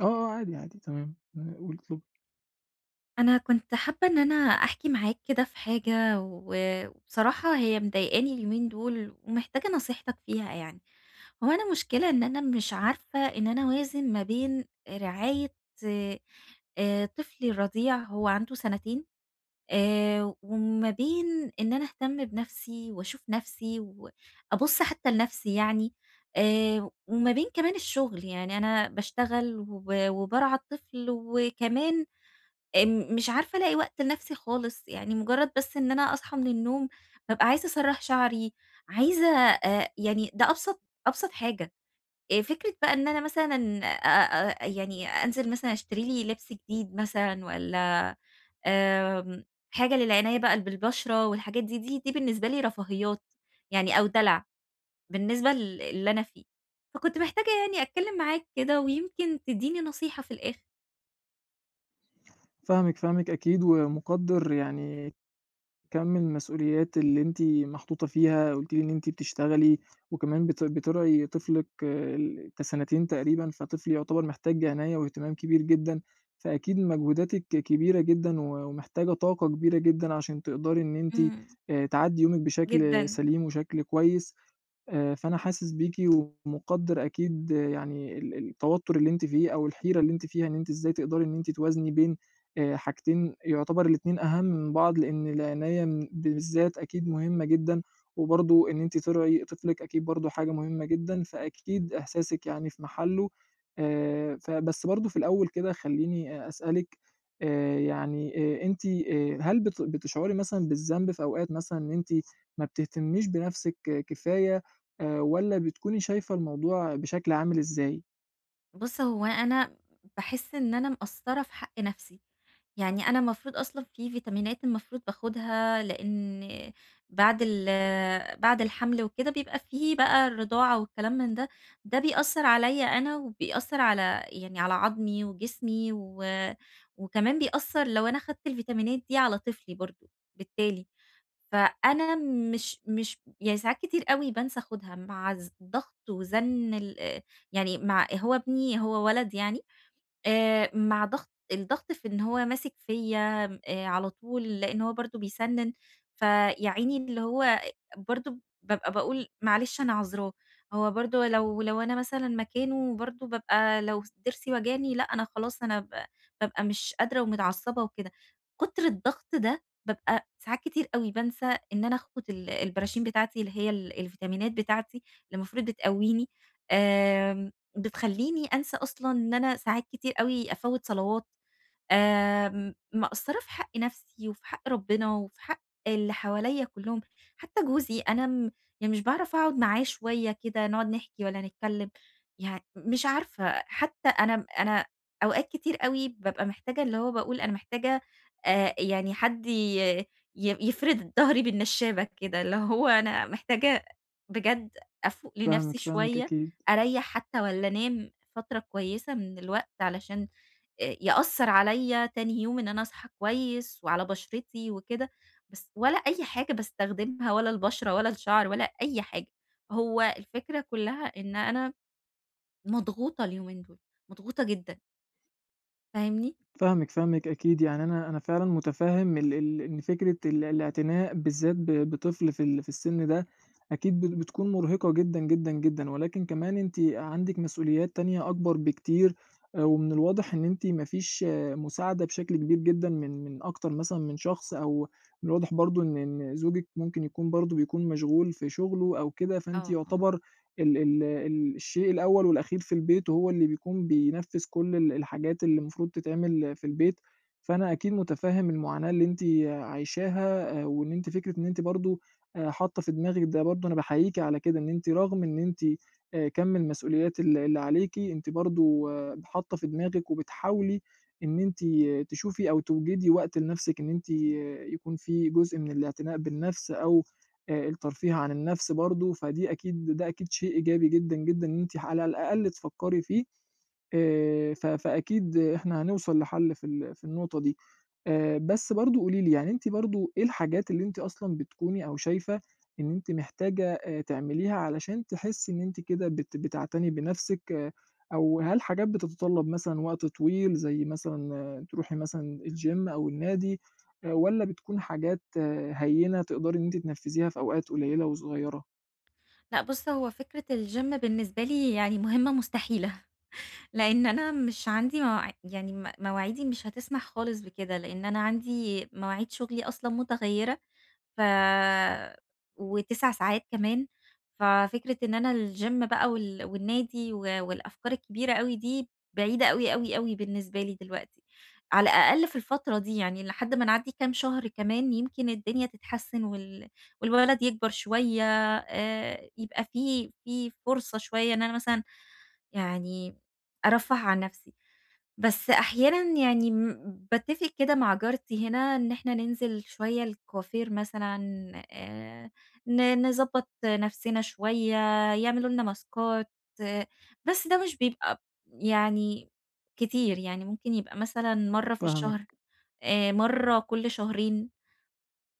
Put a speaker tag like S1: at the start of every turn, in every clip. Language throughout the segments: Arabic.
S1: آه، آه، عادي، عادي تمام، قولي اطلبي.
S2: أنا كنت حابة إن أنا أحكي معاك كده في حاجة، و وبصراحة هي مضايقاني اليومين دول ومحتاجة نصيحتك فيها يعني. هو أنا المشكلة إن أنا مش عارفة إن أنا أوازن ما بين رعاية طفلي الرضيع، هو عنده سنتين، وما بين إن أنا أهتم بنفسي وأشوف نفسي وأبُص حتّى لنفسي يعني، وما بين كمان الشغل. يعني أنا باشتغل وب وبارعى الطفل وكمان، مش عارفة ألاقي وقت لنفسي خالص. يعني مجرد بس إن أنا أصحى من النوم بابقى عايزة أسرّح شعري، عايزة يعني ده أبسط حاجة. فكرة بقى إن أنا مثلًا أ أ يعني أنزل مثلًا أشتري لي لبس جديد مثلًا، والّا آمم، حاجة للعناية بقى بالبشرة والحاجات دي، دي بالنسبة لي رفاهيات يعني، أو دلع بالنسبة ل اللي أنا فيه. فكنت محتاجة يعني أتكلم معاك كده، ويمكن تدّيني نصيحة في الآخر.
S1: فاهمِك، فاهمِك أكيد ومقدّر يعني كَم المسؤوليات اللي أنتِ محطوطة فيها. قُلتِ لي إن أنتِ بتشتغلي وكمان بترعي طفلِك، آه، كسنتين تقريبًا، فطفل يعتبر محتاج عناية واهتمام كبير جدًا، فأكيد مجهوداتِك كبيرة جدًا و ومحتاجة طاقة كبيرة جدًا عشان تقدري إن أنتِ
S2: إمم،
S1: تعدّي يومِك بشكل
S2: جدًا.
S1: سليم وشكل كويس. فأنا حاسس بيكِ ومقدّر أكيد، آه، يعني التوتر اللي أنتِ فيه أو الحيرة اللي أنتِ فيها، إن أنتِ إزاي تقدري إن أنتِ توازني بين حاجتين يعتبر الاتنين أهم من بعض، لإن العناية بالذات أكيد مهمة جدًا، وبرضه إن أنتِ ترعي طفلِك أكيد برضه حاجة مهمة جدًا، فأكيد إحساسِك يعني في محله. فبس برضه في الأول كده خلّيني أسألِك، آآ، يعني أنتِ، هل بتشعري مثلًا بالذنب في أوقات، مثلًا إن أنتِ ما بتهتميش بنفسِك كفاية؟ والّا بتكوني شايفة الموضوع بشكل عامل إزاي؟
S2: بُص، هو أنا باحس إن أنا مقصّرة في حق نَفْسي. يعني أنا المفروض أصلًا في فيتامينات المفروض باخدها، لإن بعد الحَمْل وكده بيبقى في بقى الرضاعة والكلام من ده، ده بيأثّر عليّا أنا، وبيأثّر على يعني على عضمي وجسمي، و وكمان بيأثّر لو أنا خدت الفيتامينات دي على طفلي برضه بالتالي. فأنا مش يعني ساعات كتير أوي بانسى آخُدها، مع ضغط وزَنّ ال، يعني مع هو ابني هو ولد يعني، مع الضغط في إن هو ماسك فيّا م على طول، لإن هو برضه بيسنِّن. فيا عيني اللي هو برضه بابقى باقول معلش أنا عذراه. هو برضه لو أنا مثلًا مكانه برضه بابقى، لو ضِرسي وجعني، لأ أنا خلاص أنا ب بابقى مش قادرة ومتعصبة وكده. كُتر الضغط ده بابقى ساعات كتير أوي بانسى إن أنا آخد البراشين بتاعتي، اللي هي الفيتامينات بتاعتي اللي المفروض بتقويني. آمم بتخلّيني أنسى أصلًا إن أنا ساعات كتير أوي أفوّت صلوات. مقصّرة في حق نَفْسي وفي حق ربنا وفي حق اللي حواليّا كُلّهم. حتّى جوزي أنا م يعني مش باعرف أقعُد معاه شوية كده نقعُد نحكي ولا نتكلّم. مش عارفة، حتّى أنا أوقات كتير أوي بابقى محتاجة، اللي هو باقول أنا محتاجة يعني حد ي ي يفرد ضهري بالنشّابة كده، اللي هو أنا محتاجة بجد أفوق لنَفْسي
S1: فاهمِك، فاهمِك
S2: شوية.
S1: أكيد.
S2: أريّح حتّى، والّا أنام فترة كويسة من الوقت، علشان يأثّر عليَّ تاني يوم إن أنا أصحى كويس وعلى بشرتي وكده. بس ولا أي حاجة باستخدمها، ولا البشرة ولا الشعر ولا أي حاجة. هو الفكرة كلّها إن أنا مضغوطة اليومين دول، مضغوطة جدًا، فاهمني؟
S1: يعني أنا فعلًا مُتفهِّم ال ال إن فكرة الاعتناء بالذات بطفل في في السِن ده أكيد بتكون مُرهقة جدًا، جدًا، جدًا، ولكن كمان أنتِ عندِك مسؤوليات تانية أكبر بكتير. ومن الواضح إن أنتِ ما فيش مساعدة بشكل كبير جدًا، من أكتر مثلًا من شخص أو من الواضح برضه إن زوجِك ممكن يكون برضه بيكون مشغول في شُغله أو كده. فأنتِ
S2: آه، آه.
S1: يُعتبر ال ال ال الشيء الأول والأخير في البيت، وهو اللي بيكون بينفّذ كل الحاجات اللي المفروض تتعمل في البيت. فأنا أكيد مُتفهِّم المعاناة اللي أنتِ عايشاها، وإن أنتِ فكرة إن أنتِ برضه حاطة في دماغِك ده، برضه أنا باحييكِ على كده. إن أنتِ رغم إن أنتِ، كَم المسؤوليات اللي عليكِ، أنتِ برضه حاطة في دماغِك وبتحاولي إن أنتِ تشوفي أو توجدي وقت لنَفْسِك، إن أنتِ، آه، يكون في جزء من الاعتناء بالنَفْس أو الترفيه عن النفس برضه. فدي أكيد، ده أكيد شيء إيجابي جدًا، جدًا، إن أنتِ على الأقل تفكّري فيه. ف فأكيد إحنا هنوصل لحل في في النقطة دي. بس برضه قولي لي، يعني أنتِ برضه إيه الحاجات اللي أنتِ أصلًا بتكوني أو شايفة إن أنتِ محتاجة تعمليها علشان تحسّي إن أنتِ كده بتعتني بنفسِك، آه، أو هل حاجات بتتطلّب مثلًا وقت طويل، زي مثلًا، آه، تروحي مثلًا الgym أو النادي؟ والّا بتكون حاجات، آه، هيّنة تقدري إن أنتِ تنفّذيها في أوقات قليّلة وصغيّرة؟
S2: لأ بُص، هو فكرة الgym بالنسبة لي يعني مهمة مستحيلة. لإن أنا مش عندي يعني مواعيدي مش هتسمح خالص بكده، لإن أنا عندي مواعيد شغلي أصلًا متغيّرة، ف و9 ساعات كمان. ففكرة إن أنا الgym بقى وال والنادي و والأفكار الكبيرة أوي دي بعيدة أوي، أوي، أوي بالنسبة لي دلوقتي، على الأقل في الفترة دي. يعني لحد ما نعدّي كام شهر كمان يمكن الدنيا تتحسّن وال والولد يكبر شوية، يبقى في فرصة شوية إن أنا مثلًا يعني أرفّه عن نَفْسي. بس أحيانًا يعني باتّفق كده مع جارتي هنا إن إحنا ننزل شوية الكوافير مثلًا، آآ، نضبّط نَفْسنا شوية، يعملوا لنا ماسكات. آه. بس ده مش بيبقى يعني كتير، يعني ممكن يبقى مثلًا مرّة في
S1: فاهمِك،
S2: الشهر، مرّة كل شهرين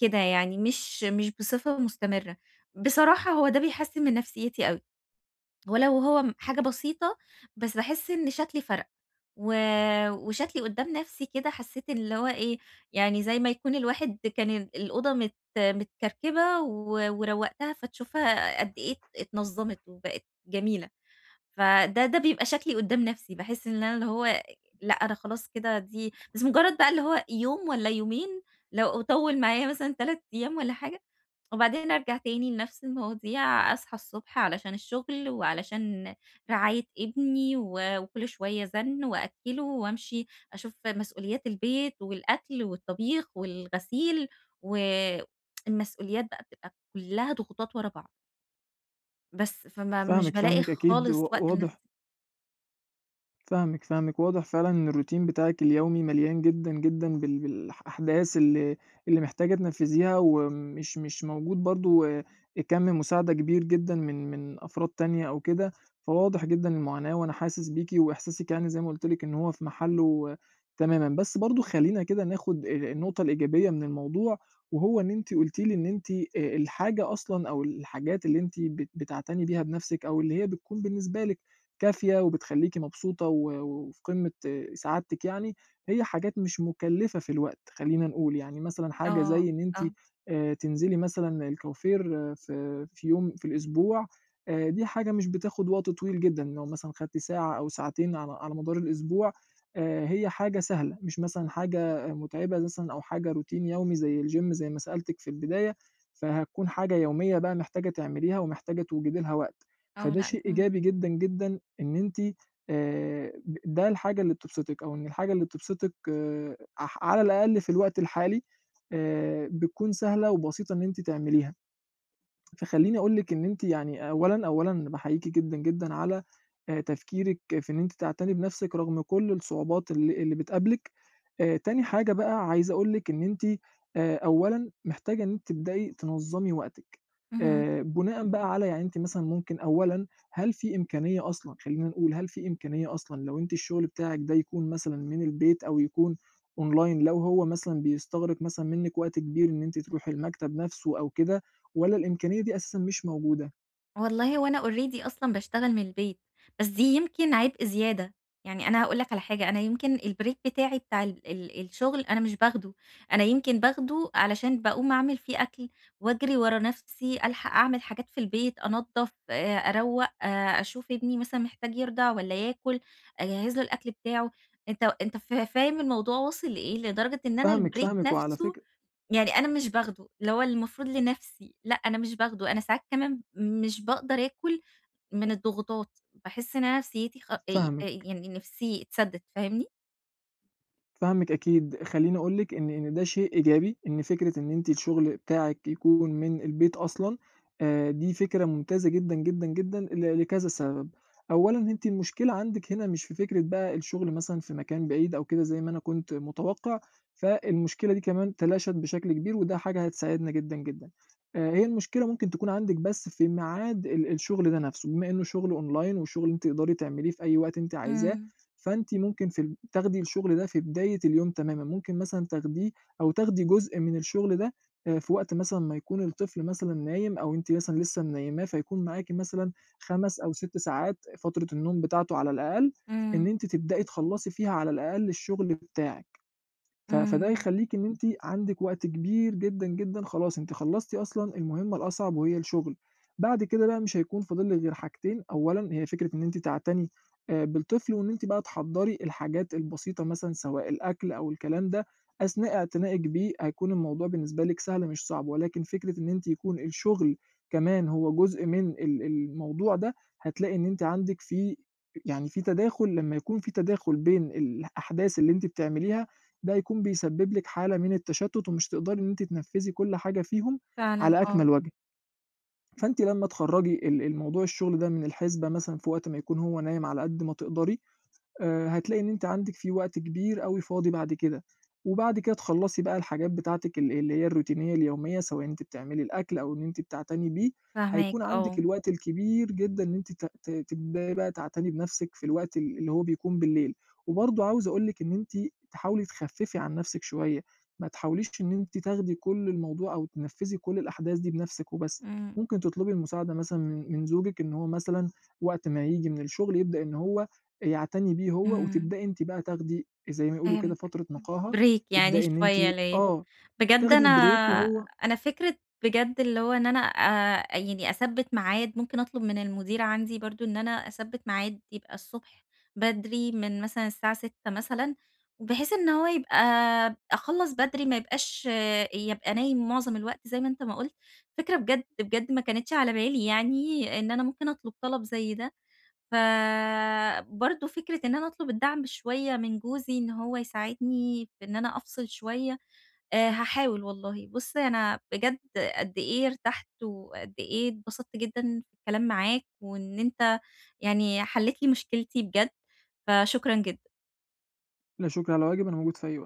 S2: كده يعني، مش بصفة مستمرة. بصراحة هو ده بيحسّن من نفسيتي أوي، ولو هو حاجة بسيطة. بس باحس إن شكلي فرَق، و وشكلي قدّام نَفْسي كده حسّيت ان اللي هو إيه، يعني زي ما يكون الواحد كان الأوضة متكركبة و وروّقتها، فتشوفها قد إيه اتنظّمت وبقت جميلة. فده بيبقى شكلي قدّام نَفْسي، باحس إن أنا اللي هو لأ، أنا خلاص كده، دي بس مجرّد بقى اللي هو يوم والّا يومين، لو طوّل معايا مثلًا 3 أيام والّا حاجة، وبعدين أرجع تاني لنَفْس المواضيع. أصحى الصبح علشان الشغل وعلشان رعاية ابني، و وكل شوية زَنّ وأكّله وأمشي أشوف مسؤوليات البيت والأكل والطبيخ والغسيل، و المسؤوليات بقى بتبقى كُلّها ضغوطات ورا بعض، بس فما مش بالاقي
S1: فاهمِك أكيد
S2: خالص وقت لنَفْسي.
S1: واضح. فاهمِك، فاهمِك، واضح فعلًا إن الروتين بتاعِك اليومي مليان جدًا، جدًا بالأحداث اللي محتاجة تنفّذيها، ومش مش موجود برضه كَم مساعدة كبير جدًا من أفراد تانية أو كده. فواضح جدًا المعاناة وأنا حاسس بيكِ، وإحساسِك يعني زي ما قُلت لِك إن هو في محله، آه، تمامًا. بس برضه خلّينا كده ناخد النقطة الإيجابية من الموضوع، وهو إن أنتِ قُلتِ لي إن أنتِ، الحاجة أصلًا أو الحاجات اللي أنتِ بتعتني بيها بنَفْسِك، أو اللي هي بتكون بالنسبة لِك كافية وبتخلّيكِ مبسوطة وفي قمة سعادتِك يعني، هي حاجات مش مُكلّفة في الوقت خلّينا نقول. يعني مثلًا حاجة
S2: آه،
S1: زي إن أنتِ
S2: آه،
S1: تنزلي مثلًا الكوافير، آه، في في يوم في الأسبوع. دي حاجة مش بتاخُد وقت طويل جدًا، لو مثلًا خدتِ ساعة أو ساعتين على على مدار الأسبوع. هي حاجة سهلة، مش مثلًا حاجة مُتعبة، مثلًا أو حاجة روتين يومي زي الgym زي ما سألتِك في البداية، فهتكون حاجة يومية بقى محتاجة تعمليها ومحتاجة توجدي لها وقت.
S2: آه،
S1: فده
S2: لأ،
S1: شيء إيجابي
S2: إمم،
S1: جدًا، جدًا، إن أنتِ ب ده الحاجة اللي بتبسطِك، أو إن الحاجة اللي بتبسطِك على الأقل في الوقت الحالي بتكون سهلة وبسيطة إن أنتِ تعمليها. فخلّيني أقول لِك إن أنتِ يعني أولًا، أولًا باحييكِ جدًا، جدًا، على تفكيرِك في إن أنتِ تعتني بنَفْسِك رغم كل الصعوبات اللي بتقابلِك. تاني حاجة بقى عايز أقول لِك إن أنتِ، أولًا محتاجة إن أنتِ تبدئي تنظّمي وقتِك،
S2: اهم.
S1: بناءً بقى على، يعني أنتِ مثلًا ممكن أولًا، هل في إمكانية أصلًا، خلّينا نقول، هل في إمكانية أصلًا لو أنتِ الشغل بتاعِك ده يكون مثلًا من البيت، أو يكون أونلاين لو هو مثلًا بيستغرق مثلًا منِّك وقت كبير إن أنتِ تروحي المكتب نَفْسه أو كده، والّا الإمكانية دي أساسًا مش موجودة؟
S2: والله هو أنا already أصلًا باشتغل من البيت، بس دي يمكن عبء زيادة. يعني أنا هاقول لك على حاجة، أنا يمكن الbreak بتاعي بتاع ال ال الشغل أنا مش باخده. أنا يمكن باخده علشان باقوم أعمل فيه أكل وأجري ورا نفسي، ألحق أعمل حاجات في البيت، أنضف، أروّق، أشوف ابني مثلًا محتاج يرضع والّا ياكل، أجهّز له الأكل بتاعه. أنت فاهم الموضوع واصل لإيه، لدرجة إن أنا
S1: فاهمِك،
S2: الbreak
S1: فاهمِك وعلى
S2: نفسه
S1: فكرة.
S2: يعني أنا مش باخده، اللي هو المفروض لنَفْسي. لأ أنا مش باخده، أنا ساعات كمان مش باقدر آكُل من الضغوطات، باحس إن أنا نفسيتي خ
S1: فاهمِك.
S2: يعني نِفْسي اتسدِّت، فاهمني؟
S1: فاهمِك أكيد، خلّيني أقول لِك إن ده شيء إيجابي. إن فكرة إن أنتِ الشغل بتاعِك يكون من البيت أصلًا، دي فكرة ممتازة جدًا، جدًا، جدًا، لكذا سبب. أولًا أنتِ المشكلة عندِك هنا مش في فكرة بقى الشغل مثلًا في مكان بعيد أو كده زي ما أنا كنت متوقع، فالمشكلة دي كمان تلاشت بشكل كبير، وده حاجة هتساعدنا جدًا، جدًا. هي المشكلة ممكن تكون عندِك بس في ميعاد الشغل ده نفسه، بما إنه شغل أونلاين وشغل أنتِ تقدري تعمليه في أي وقت أنتِ عايزاه.
S2: إمم،
S1: فأنتِ ممكن في تاخدي الشغل ده في بداية اليوم تمامًا، ممكن مثلًا تاخديه أو تاخدي جزء من الشغل ده في وقت مثلًا ما يكون الطفل مثلًا نايم، أو أنتِ مثلًا لسه منيّماه، فيكون معاكِ مثلًا 5 أو 6 ساعات فترة النوم بتاعته على الأقل، إن
S2: إمم،
S1: أنتِ تبدئي تخلّصي فيها على الأقل الشغل بتاعِك. فده
S2: إمم،
S1: يخلّيكِ إن أنتِ عندِك وقت كبير جدًا، جدًا، خلاص أنتِ خلّصتِ أصلًا المهمة الأصعب وهي الشغل. بعد كده بقى مش هيكون فاضل لِك غير حاجتين، أولًا هي فكرة إن أنتِ تعتني بالطفل وإن أنتِ بقى تحضّري الحاجات البسيطة، مثلًا سواء الأكل أو الكلام ده، أثناء اعتنائِك بيه هيكون الموضوع بالنسبة لِك سهل مش صعب. ولكن فكرة إن أنتِ يكون الشغل كمان هو جزء من الموضوع ده، هتلاقي إن أنتِ عندِك في، يعني في تداخل. لمّا يكون في تداخل بين الأحداث اللي أنتِ بتعمليها، ده هيكون بيسبب لِك حالة من التشتُّت ومش تقدري إن أنتِ تنفّذي كل حاجة فيهم
S2: فعلًا
S1: على
S2: آه.
S1: أكمل وجه. فأنتِ لمّا تخرّجي الموضوع الشغل ده من الحسبة، مثلًا في وقت ما يكون هو نايم على قد ما تقدري، هتلاقي إن أنتِ عندِك في وقت كبير أوي فاضي بعد كده. وبعد كده تخلّصي بقى الحاجات بتاعتِك اللي هي الروتينية اليومية، سواء أنتِ بتعملي الأكل أو إن أنتِ بتعتني بيه، هيكون
S2: فاهماك
S1: عندِك
S2: آه.
S1: الوقت الكبير جدًا إن أنتِ ت ت تبدئي بقى تعتني بنَفْسِك في الوقت اللي هو بيكون بالليل. وبرضه عاوز أقول لِك إن أنتِ تحاولي تخفّفي عن نَفْسِك شوية، ما تحاوليش إن أنتِ تاخدي كل الموضوع أو تنفّذي كل الأحداث دي بنَفْسِك وبس.
S2: إمم،
S1: ممكن تطلبي المساعدة مثلًا من زوجِك، إن هو مثلًا وقت ما ييجي من الشغل يبدأ إن هو يعتني بيه هو،
S2: إمم،
S1: وتبدئي أنتِ بقى تاخدي زي ما يقولوا كده
S2: فهمتك.
S1: فترة نقاهة.
S2: break يعني
S1: تبدئي إن أنتِ
S2: شوية ليّا.
S1: آه،
S2: بجد
S1: تاخدي
S2: أنا
S1: break وهو
S2: أنا فكرة بجد اللي هو إن أنا يعني أثبّت ميعاد، ممكن أطلب من المدير عندي برضه إن أنا أثبّت ميعاد يبقى الصبح بدري، من مثلًا الساعة 6:00 مثلًا، بحيث إن هو يبقى أخلّص بدري، ما يبقاش آه، يبقى نايم معظم الوقت زي ما أنت ما قُلت. فكرة بجد، بجد ما كانتش على بالي يعني إن أنا ممكن أطلب طلب زي ده، فبرضه فكرة إن أنا أطلب الدعم شوية من جوزي إن هو يساعدني في إن أنا أفصل شوية. هاحاول والله. بُص، أنا بجد قد إيه ارتحت وقد إيه اتبسطت جدًا في الكلام معاك، وإن أنت يعني حلّيت لي مشكلتي بجد، فشكرًا جدًا.
S1: لا شكر على واجب، أنا موجود في أي وقت.